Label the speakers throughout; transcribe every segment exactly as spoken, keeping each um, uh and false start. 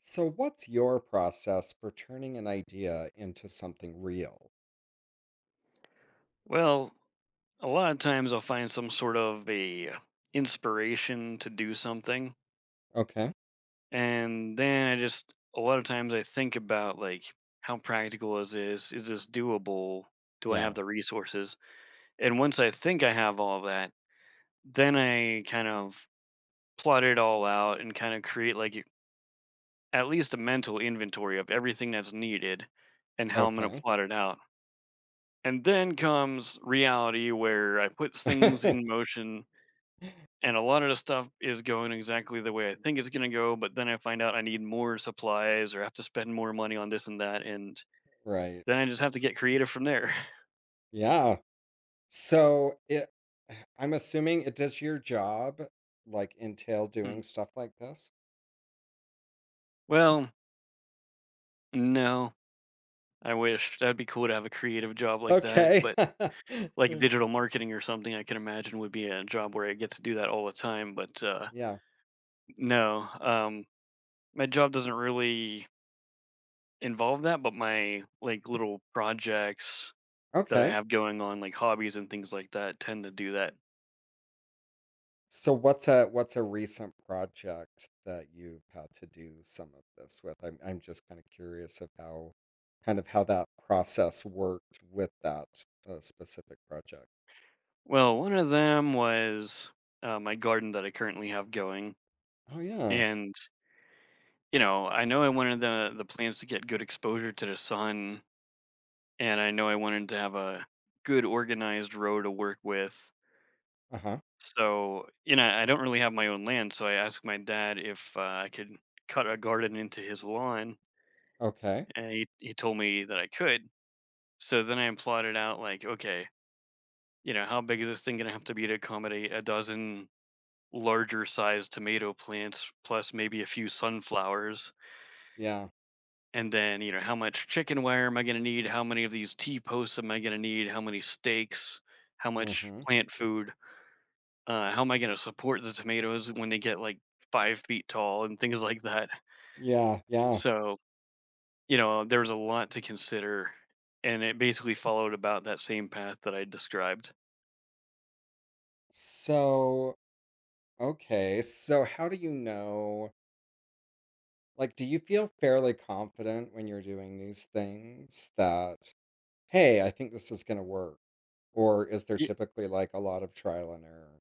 Speaker 1: So, what's your process for turning an idea into something real?
Speaker 2: Well, a lot of times I'll find some sort of a inspiration to do something,
Speaker 1: Okay.
Speaker 2: and then I just a lot of times I think about like how practical is this? Is this doable? Do I have
Speaker 1: Yeah.
Speaker 2: the resources? And once I think I have all that, then I kind of plot it all out and kind of create like at least a mental inventory of everything that's needed and how I'm going to
Speaker 1: Okay.
Speaker 2: plot it out. And then comes reality where I put things in motion, and a lot of the stuff is going exactly the way I think it's gonna go, but then I find out I need more supplies or have to spend more money on this and that, and then I
Speaker 1: Right.
Speaker 2: just have to get creative from there.
Speaker 1: Yeah. So, it, I'm assuming it does your job like entail
Speaker 2: Hmm.
Speaker 1: doing stuff like this?
Speaker 2: Well, no, I wish. That'd be cool to have a creative job like that,
Speaker 1: Okay.
Speaker 2: but like digital marketing or something, I can imagine would be a job where I get to do that all the time. But uh,
Speaker 1: Yeah.
Speaker 2: no, um, my job doesn't really involve that, but my like little projects that I
Speaker 1: Okay.
Speaker 2: have going on, like hobbies and things like that, tend to do that.
Speaker 1: So what's a what's a recent project that you've had to do some of this with? I'm I'm just kind of curious of how kind of how that process worked with that uh, specific project.
Speaker 2: Well, one of them was, uh, my garden that I currently have going,
Speaker 1: Oh yeah.
Speaker 2: and, you know, I know I wanted the the plants to get good exposure to the sun, and I know I wanted to have a good organized row to work with.
Speaker 1: Uh-huh.
Speaker 2: So, you know, I don't really have my own land, so I asked my dad if, uh, I could cut a garden into his lawn,
Speaker 1: Okay.
Speaker 2: and he he told me that I could. So then I plotted out, like, okay, you know, how big is this thing gonna have to be to accommodate a dozen larger sized tomato plants plus maybe a few sunflowers,
Speaker 1: Yeah.
Speaker 2: and then you know how much chicken wire am I going to need, how many of these T posts am I going to need, how many steaks, how much
Speaker 1: Mm-hmm.
Speaker 2: plant food, uh, how am I going to support the tomatoes when they get like five feet tall and things like that?
Speaker 1: Yeah, yeah.
Speaker 2: So you know there was a lot to consider, and it basically followed about that same path that I described.
Speaker 1: So, okay. So how do you know like do you feel fairly confident when you're doing these things that hey, I think this is going to work? Or is there
Speaker 2: Y-
Speaker 1: typically like a lot of trial and error?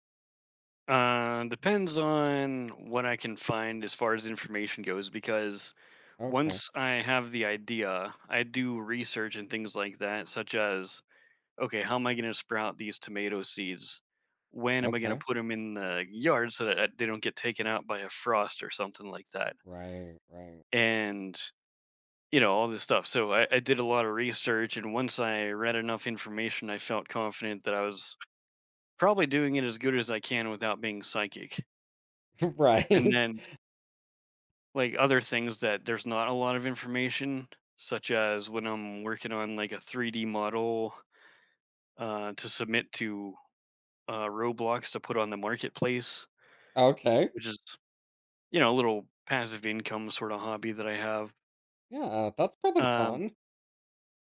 Speaker 2: Uh, depends on what I can find as far as information goes, because
Speaker 1: Okay.
Speaker 2: once I have the idea, I do research and things like that, such as, okay, how am I going to sprout these tomato seeds? When am I going to
Speaker 1: Okay.
Speaker 2: put them in the yard so that uh, they don't get taken out by a frost or something like that?
Speaker 1: Right. Right.
Speaker 2: And, you know, all this stuff. So I, I did a lot of research, and once I read enough information, I felt confident that I was probably doing it as good as I can without being psychic. And
Speaker 1: Right.
Speaker 2: then like other things that there's not a lot of information, such as when I'm working on like a three D model uh, to submit to uh, Roblox to put on the marketplace,
Speaker 1: Okay.
Speaker 2: which is you know a little passive income sort of hobby that I have.
Speaker 1: Yeah. uh, That's probably
Speaker 2: Um,
Speaker 1: fun.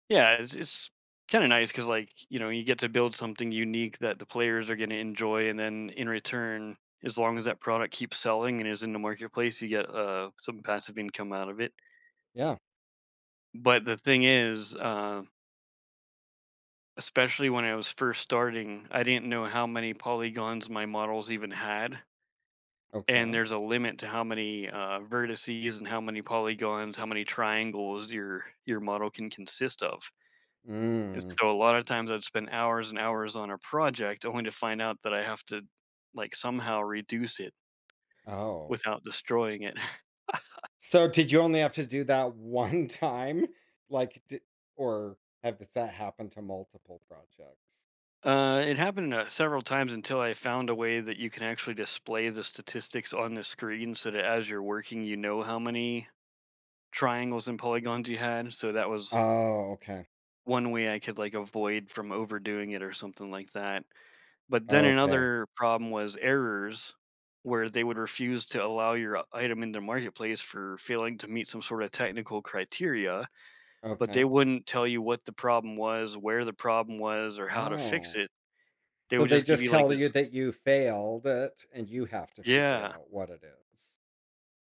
Speaker 2: yeah, it's, it's kind of nice because like you know you get to build something unique that the players are going to enjoy, and then in return. As long as that product keeps selling and is in the marketplace, you get uh, some passive income out of it.
Speaker 1: Yeah.
Speaker 2: But the thing is, uh, especially when I was first starting, I didn't know how many polygons my models even had, and
Speaker 1: Okay.
Speaker 2: there's a limit to how many, uh, vertices and how many polygons, how many triangles your your model can consist of, and
Speaker 1: Mm.
Speaker 2: so a lot of times I'd spend hours and hours on a project only to find out that I have to, like, somehow reduce it
Speaker 1: Oh.
Speaker 2: without destroying it.
Speaker 1: So did you only have to do that one time? Like, di- or have has that happened to multiple projects?
Speaker 2: Uh, it happened, uh, several times until I found a way that you can actually display the statistics on the screen so that as you're working, you know how many triangles and polygons you had, so that was
Speaker 1: Oh. Okay.
Speaker 2: one way I could, like, avoid from overdoing it or something like that. But then
Speaker 1: Okay.
Speaker 2: another problem was errors, where they would refuse to allow your uh, item in the marketplace for failing to meet some sort of technical criteria, but they
Speaker 1: Okay.
Speaker 2: wouldn't tell you what the problem was, where the problem was, or how to fix
Speaker 1: Oh.
Speaker 2: it. They
Speaker 1: So
Speaker 2: would
Speaker 1: they
Speaker 2: just give
Speaker 1: just
Speaker 2: you, like,
Speaker 1: tell you
Speaker 2: this.
Speaker 1: that you failed it and you have to figure
Speaker 2: Yeah.
Speaker 1: out what it is.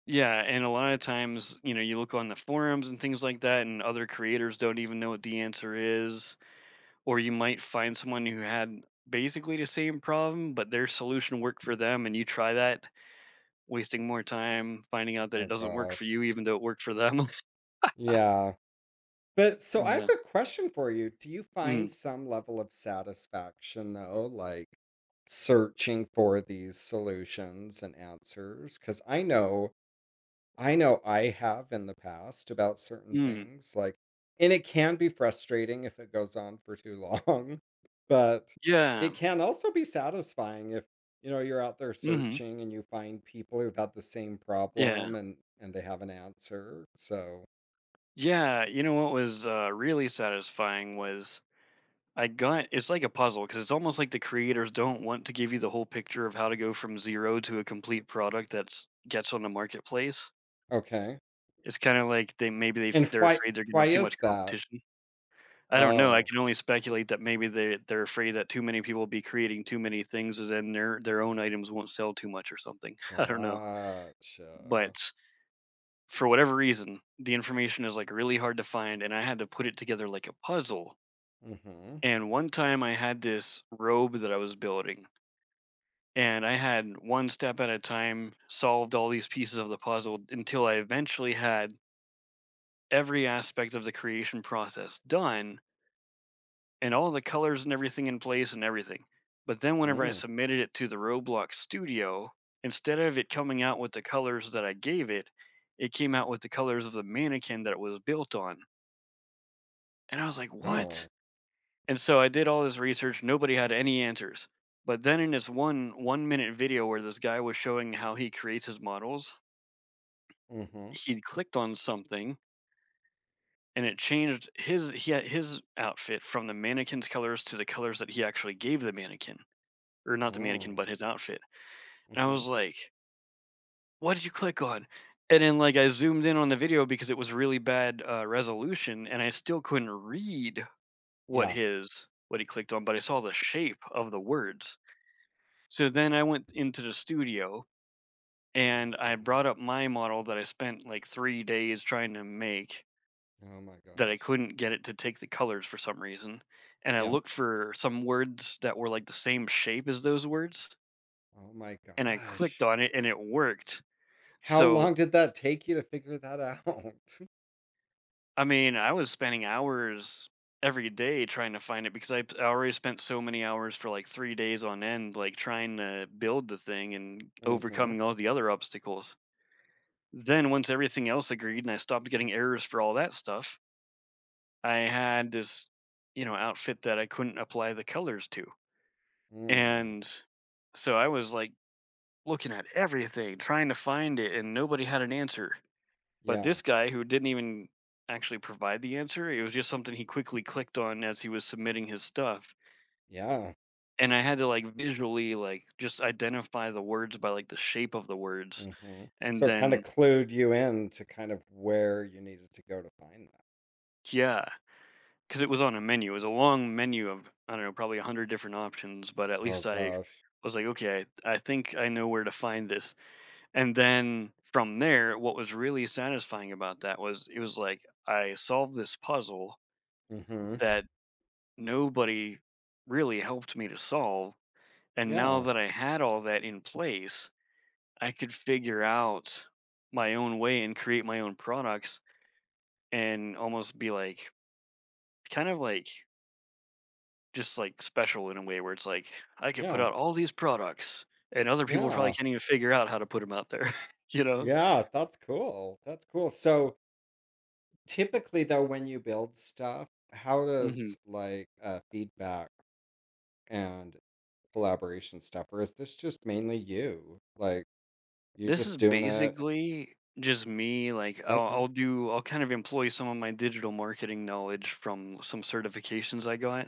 Speaker 2: Yeah, and a lot of times, you know, you look on the forums and things like that, and other creators don't even know what the answer is, or you might find someone who had basically the same problem but their solution worked for them and you try that, wasting more time finding out that it
Speaker 1: Oh
Speaker 2: doesn't work for
Speaker 1: gosh.
Speaker 2: you even though it worked for them.
Speaker 1: Yeah. But so I
Speaker 2: Yeah.
Speaker 1: have a question for you. Do you
Speaker 2: mm,
Speaker 1: find some level of satisfaction though, like searching for these solutions and answers? Because I know, I know I have in the past about certain
Speaker 2: mm,
Speaker 1: things, like, and it can be frustrating if it goes on for too long, but
Speaker 2: yeah.
Speaker 1: it can also be satisfying if, you know, you're out there
Speaker 2: hmm
Speaker 1: searching and you find people who've had the same
Speaker 2: yeah.
Speaker 1: problem and and they have an answer. So,
Speaker 2: Yeah, you know what was uh, really satisfying was I got, it's like a puzzle, because it's almost like the creators don't want to give you the whole picture of how to go from zero to a complete product that's gets on the marketplace.
Speaker 1: okay.
Speaker 2: It's kind of like they, maybe they f-
Speaker 1: And
Speaker 2: they're
Speaker 1: why
Speaker 2: afraid they're gonna
Speaker 1: why
Speaker 2: have too much
Speaker 1: is that?
Speaker 2: competition. I don't know, I
Speaker 1: Oh,
Speaker 2: can only speculate that maybe they they're afraid that too many people will be creating too many things and then their their own items won't sell too much or something. I don't know.
Speaker 1: gotcha.
Speaker 2: But for whatever reason, the information is, like, really hard to find, and I had to put it together like a puzzle.
Speaker 1: Mhm.
Speaker 2: And one time I had this robe that I was building, and I had one step at a time solved all these pieces of the puzzle until I eventually had every aspect of the creation process done, and all the colors and everything in place and everything. But then whenever I
Speaker 1: Mm.
Speaker 2: submitted it to the Roblox studio, instead of it coming out with the colors that I gave it, it came out with the colors of the mannequin that it was built on. And I was like, "What?"
Speaker 1: Oh.
Speaker 2: And so I did all this research, nobody had any answers. But then in this one 1-minute video where this guy was showing how he creates his models,
Speaker 1: Mhm.
Speaker 2: he clicked on something and it changed his, he had his outfit from the mannequin's colors to the colors that he actually gave the mannequin. Or not the mannequin, but
Speaker 1: Mm.
Speaker 2: his outfit. And I
Speaker 1: Mhm.
Speaker 2: was like, "What did you click on?" And then like I zoomed in on the video because it was really bad uh, resolution, and I still couldn't read what
Speaker 1: Yeah.
Speaker 2: his, what he clicked on, but I saw the shape of the words. So then I went into the studio
Speaker 1: Oh my
Speaker 2: and I brought
Speaker 1: goodness.
Speaker 2: up my model that I spent like three days trying to make
Speaker 1: Oh my
Speaker 2: that I
Speaker 1: gosh.
Speaker 2: couldn't get it to take the colors for some reason. And I
Speaker 1: Yeah.
Speaker 2: looked for some words that were like the same shape as those words.
Speaker 1: Oh my
Speaker 2: And I clicked
Speaker 1: gosh.
Speaker 2: on it and it worked.
Speaker 1: How
Speaker 2: So,
Speaker 1: long did that take you to figure that out?
Speaker 2: I mean, I was spending hours every day trying to find it because I, I already spent so many hours for like three days on end, like trying to build the thing and
Speaker 1: Mhm.
Speaker 2: overcoming all the other obstacles. Then, once everything else agreed and I stopped getting errors for all that stuff, I had this, you know, outfit that I couldn't apply the colors to.
Speaker 1: Mm.
Speaker 2: And so I was like looking at everything, trying to find it, and nobody had an answer. But
Speaker 1: Yeah.
Speaker 2: this guy who didn't even actually provide the answer, it was just something he quickly clicked on as he was submitting his stuff.
Speaker 1: Yeah.
Speaker 2: And I had to like visually like just identify the words by like the shape of the words.
Speaker 1: Mhm.
Speaker 2: And
Speaker 1: So it kind of
Speaker 2: then
Speaker 1: clued you in to kind of where you needed to go to find that.
Speaker 2: yeah, because it was on a menu. It was a long menu of I don't know, probably a hundred different options, but at least
Speaker 1: Oh
Speaker 2: I
Speaker 1: gosh.
Speaker 2: was like, okay, I I think I know where to find this. And then from there, what was really satisfying about that was it was like I solved this puzzle
Speaker 1: Mhm.
Speaker 2: that nobody really helped me to solve. And now
Speaker 1: Yeah.
Speaker 2: that I had all that in place, I could figure out my own way and create my own products and almost be like, kind of like, just like special in a way where it's like, I could put
Speaker 1: Yeah.
Speaker 2: out all these products and other people probably
Speaker 1: Yeah.
Speaker 2: can't even figure out how to put them out there. You know?
Speaker 1: Yeah, that's cool. That's cool. So typically though, when you build stuff, how
Speaker 2: hmm
Speaker 1: does like uh, feedback and collaboration stuff, or is this just mainly you? Like you're
Speaker 2: This is
Speaker 1: just doing a
Speaker 2: basically just me. Like, I'll,
Speaker 1: okay.
Speaker 2: I'll do, I'll kind of employ some of my digital marketing knowledge from some certifications I got.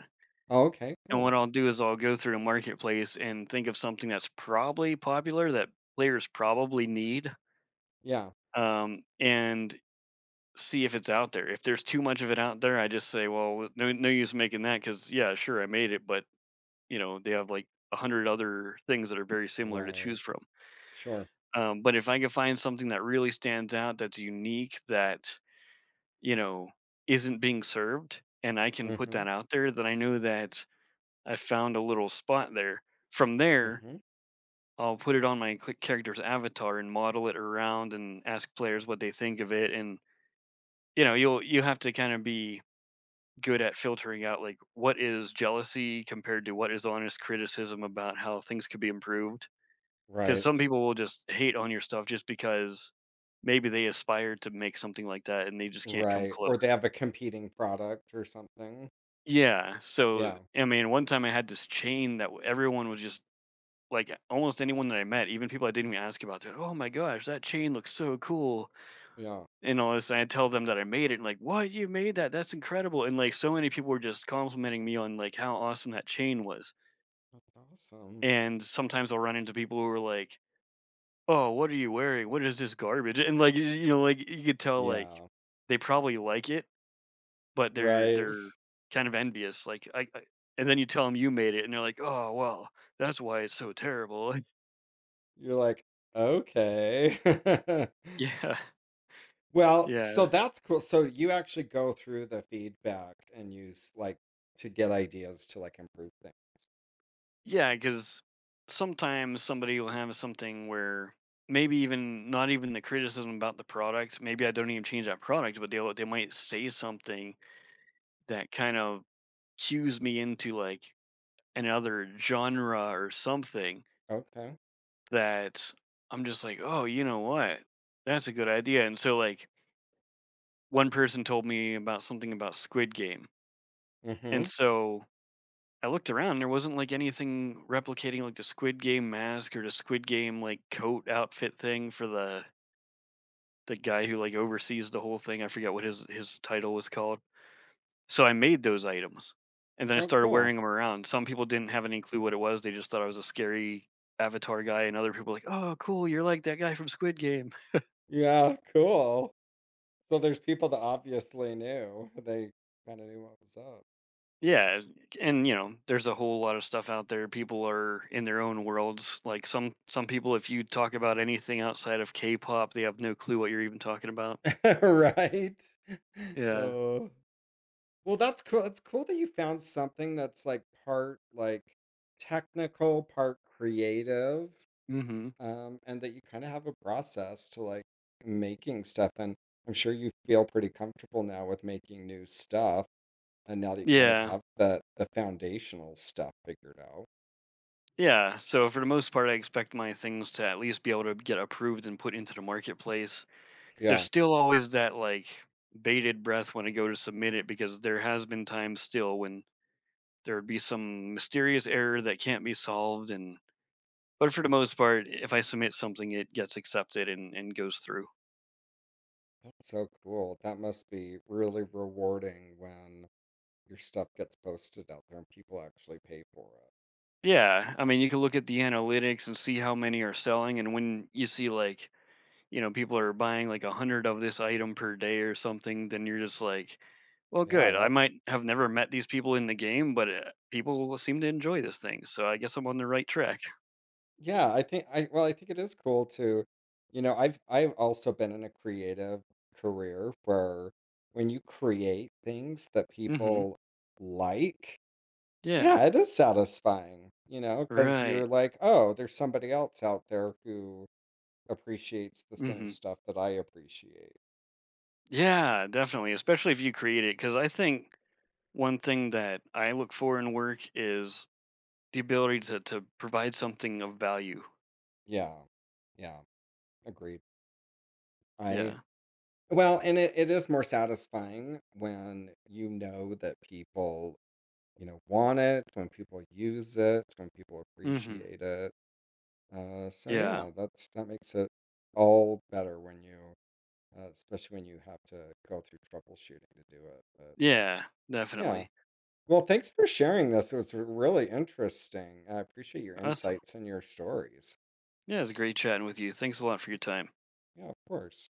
Speaker 1: Oh, okay,
Speaker 2: And
Speaker 1: cool.
Speaker 2: what I'll do is I'll go through a marketplace and think of something that's probably popular that players probably need,
Speaker 1: Yeah.
Speaker 2: um, and see if it's out there. If there's too much of it out there, I just say, well, no, no use making that because yeah, sure, I made it, but you know, they have like a hundred other things that are very similar to
Speaker 1: Right.
Speaker 2: choose from.
Speaker 1: Sure.
Speaker 2: Um, but if I can find something that really stands out, that's unique, that you know isn't being served, and I can put
Speaker 1: Mm-hmm.
Speaker 2: that out there, then I know that I found a little spot there. From there,
Speaker 1: Mm-hmm.
Speaker 2: I'll put it on my click character's avatar and model it around and ask players what they think of it. And you know, you'll you have to kind of be good at filtering out like what is jealousy compared to what is honest criticism about how things could be improved. Because
Speaker 1: Right.
Speaker 2: some people will just hate on your stuff just because maybe they aspire to make something like that and they just can't come
Speaker 1: Right. Or
Speaker 2: close.
Speaker 1: they have a competing product or something.
Speaker 2: Yeah. So
Speaker 1: Yeah.
Speaker 2: I mean, one time I had this chain that w- everyone was just like almost anyone that I met, even people I didn't even ask about, they're, like, oh my gosh, that chain looks so cool
Speaker 1: Yeah.
Speaker 2: and all this, and I tell them that I made it, and like, "What? You made that? That's incredible!" And like, so many people were just complimenting me on like how awesome that chain was.
Speaker 1: That's awesome.
Speaker 2: And sometimes I'll run into people who are like, "Oh, what are you wearing? What is this garbage?" And like, y- you know, like you could tell like
Speaker 1: Yeah.
Speaker 2: they probably like it, but they're
Speaker 1: Right.
Speaker 2: they're kind of envious. Like, I, I and then you tell them you made it, and they're like, "Oh, well, that's why it's so terrible."
Speaker 1: You're like, okay.
Speaker 2: yeah,
Speaker 1: Well,
Speaker 2: yeah.
Speaker 1: so that's cool. So you actually go through the feedback and use like to get ideas to like improve things.
Speaker 2: Yeah, because sometimes somebody will have something where maybe even not even the criticism about the product. Maybe I don't even change that product, but they they might say something that kind of cues me into like another genre or something
Speaker 1: Okay.
Speaker 2: that I'm just like, oh, you know what? That's a good idea. And so like one person told me about something about Squid Game, and
Speaker 1: Mm-hmm.
Speaker 2: so I looked around, there wasn't like anything replicating like the Squid Game mask or the Squid Game like coat outfit thing for the the guy who like oversees the whole thing. I forget what his his title was called. So I made those items, and then I
Speaker 1: Oh,
Speaker 2: started
Speaker 1: cool.
Speaker 2: wearing them around. Some people didn't have any clue what it was; they just thought I was a scary avatar guy, and other people were like, "Oh, cool, you're like that guy from Squid Game."
Speaker 1: Yeah, cool. So there's people that obviously knew. They kind of knew what was up.
Speaker 2: Yeah, and you know, there's a whole lot of stuff out there. People are in their own worlds. Like some some people, if you talk about anything outside of K-pop, they have no clue what you're even talking about.
Speaker 1: Right?
Speaker 2: Yeah.
Speaker 1: Oh. Well, that's cool. It's cool that you found something that's like part like technical, part creative.
Speaker 2: hmm
Speaker 1: Um, and that you kind of have a process to like making stuff. And I'm sure you feel pretty comfortable now with making new stuff. And now that you kind of
Speaker 2: Yeah.
Speaker 1: have the the foundational stuff figured out,
Speaker 2: Yeah. So for the most part, I expect my things to at least be able to get approved and put into the marketplace. There's
Speaker 1: yeah,
Speaker 2: still always that like bated breath when I go to submit it because there has been times still when there would be some mysterious error that can't be solved and but for the most part, if I submit something, it gets accepted and, and goes through.
Speaker 1: that's so cool. That must be really rewarding when your stuff gets posted out there and people actually pay for it.
Speaker 2: Yeah, I mean, you can look at the analytics and see how many are selling, and when you see like, you know, people are buying like a hundred of this item per day or something, then you're just like, well,
Speaker 1: Yeah,
Speaker 2: good. I might
Speaker 1: that's
Speaker 2: have never met these people in the game, but uh, people seem to enjoy this thing, so I guess I'm on the right track.
Speaker 1: Yeah, I think I well, I think it is cool to, you know, I've I've also been in a creative career where when you create things that
Speaker 2: Hmm
Speaker 1: people like,
Speaker 2: Yeah.
Speaker 1: yeah, it is satisfying, you know, because
Speaker 2: Right.
Speaker 1: you're like, oh, there's somebody else out there who appreciates the same
Speaker 2: hmm
Speaker 1: stuff that I appreciate.
Speaker 2: Yeah, definitely. Especially if you create it, because I think one thing that I look for in work is the ability to to provide something of value.
Speaker 1: Yeah, yeah, agreed. I
Speaker 2: Yeah.
Speaker 1: Well, and it, it is more satisfying when you know that people you know, want it, when people use it, when people
Speaker 2: Mhm.
Speaker 1: appreciate it. Uh, so
Speaker 2: Yeah.
Speaker 1: yeah, that's that makes it all better when you, uh, especially when you have to go through troubleshooting to do it. But
Speaker 2: Yeah,
Speaker 1: yeah,
Speaker 2: definitely.
Speaker 1: well, thanks for sharing this. It was really interesting. I appreciate your
Speaker 2: Awesome.
Speaker 1: insights and your stories.
Speaker 2: Yeah, it's great chatting with you. Thanks a lot for your time.
Speaker 1: Yeah, of course.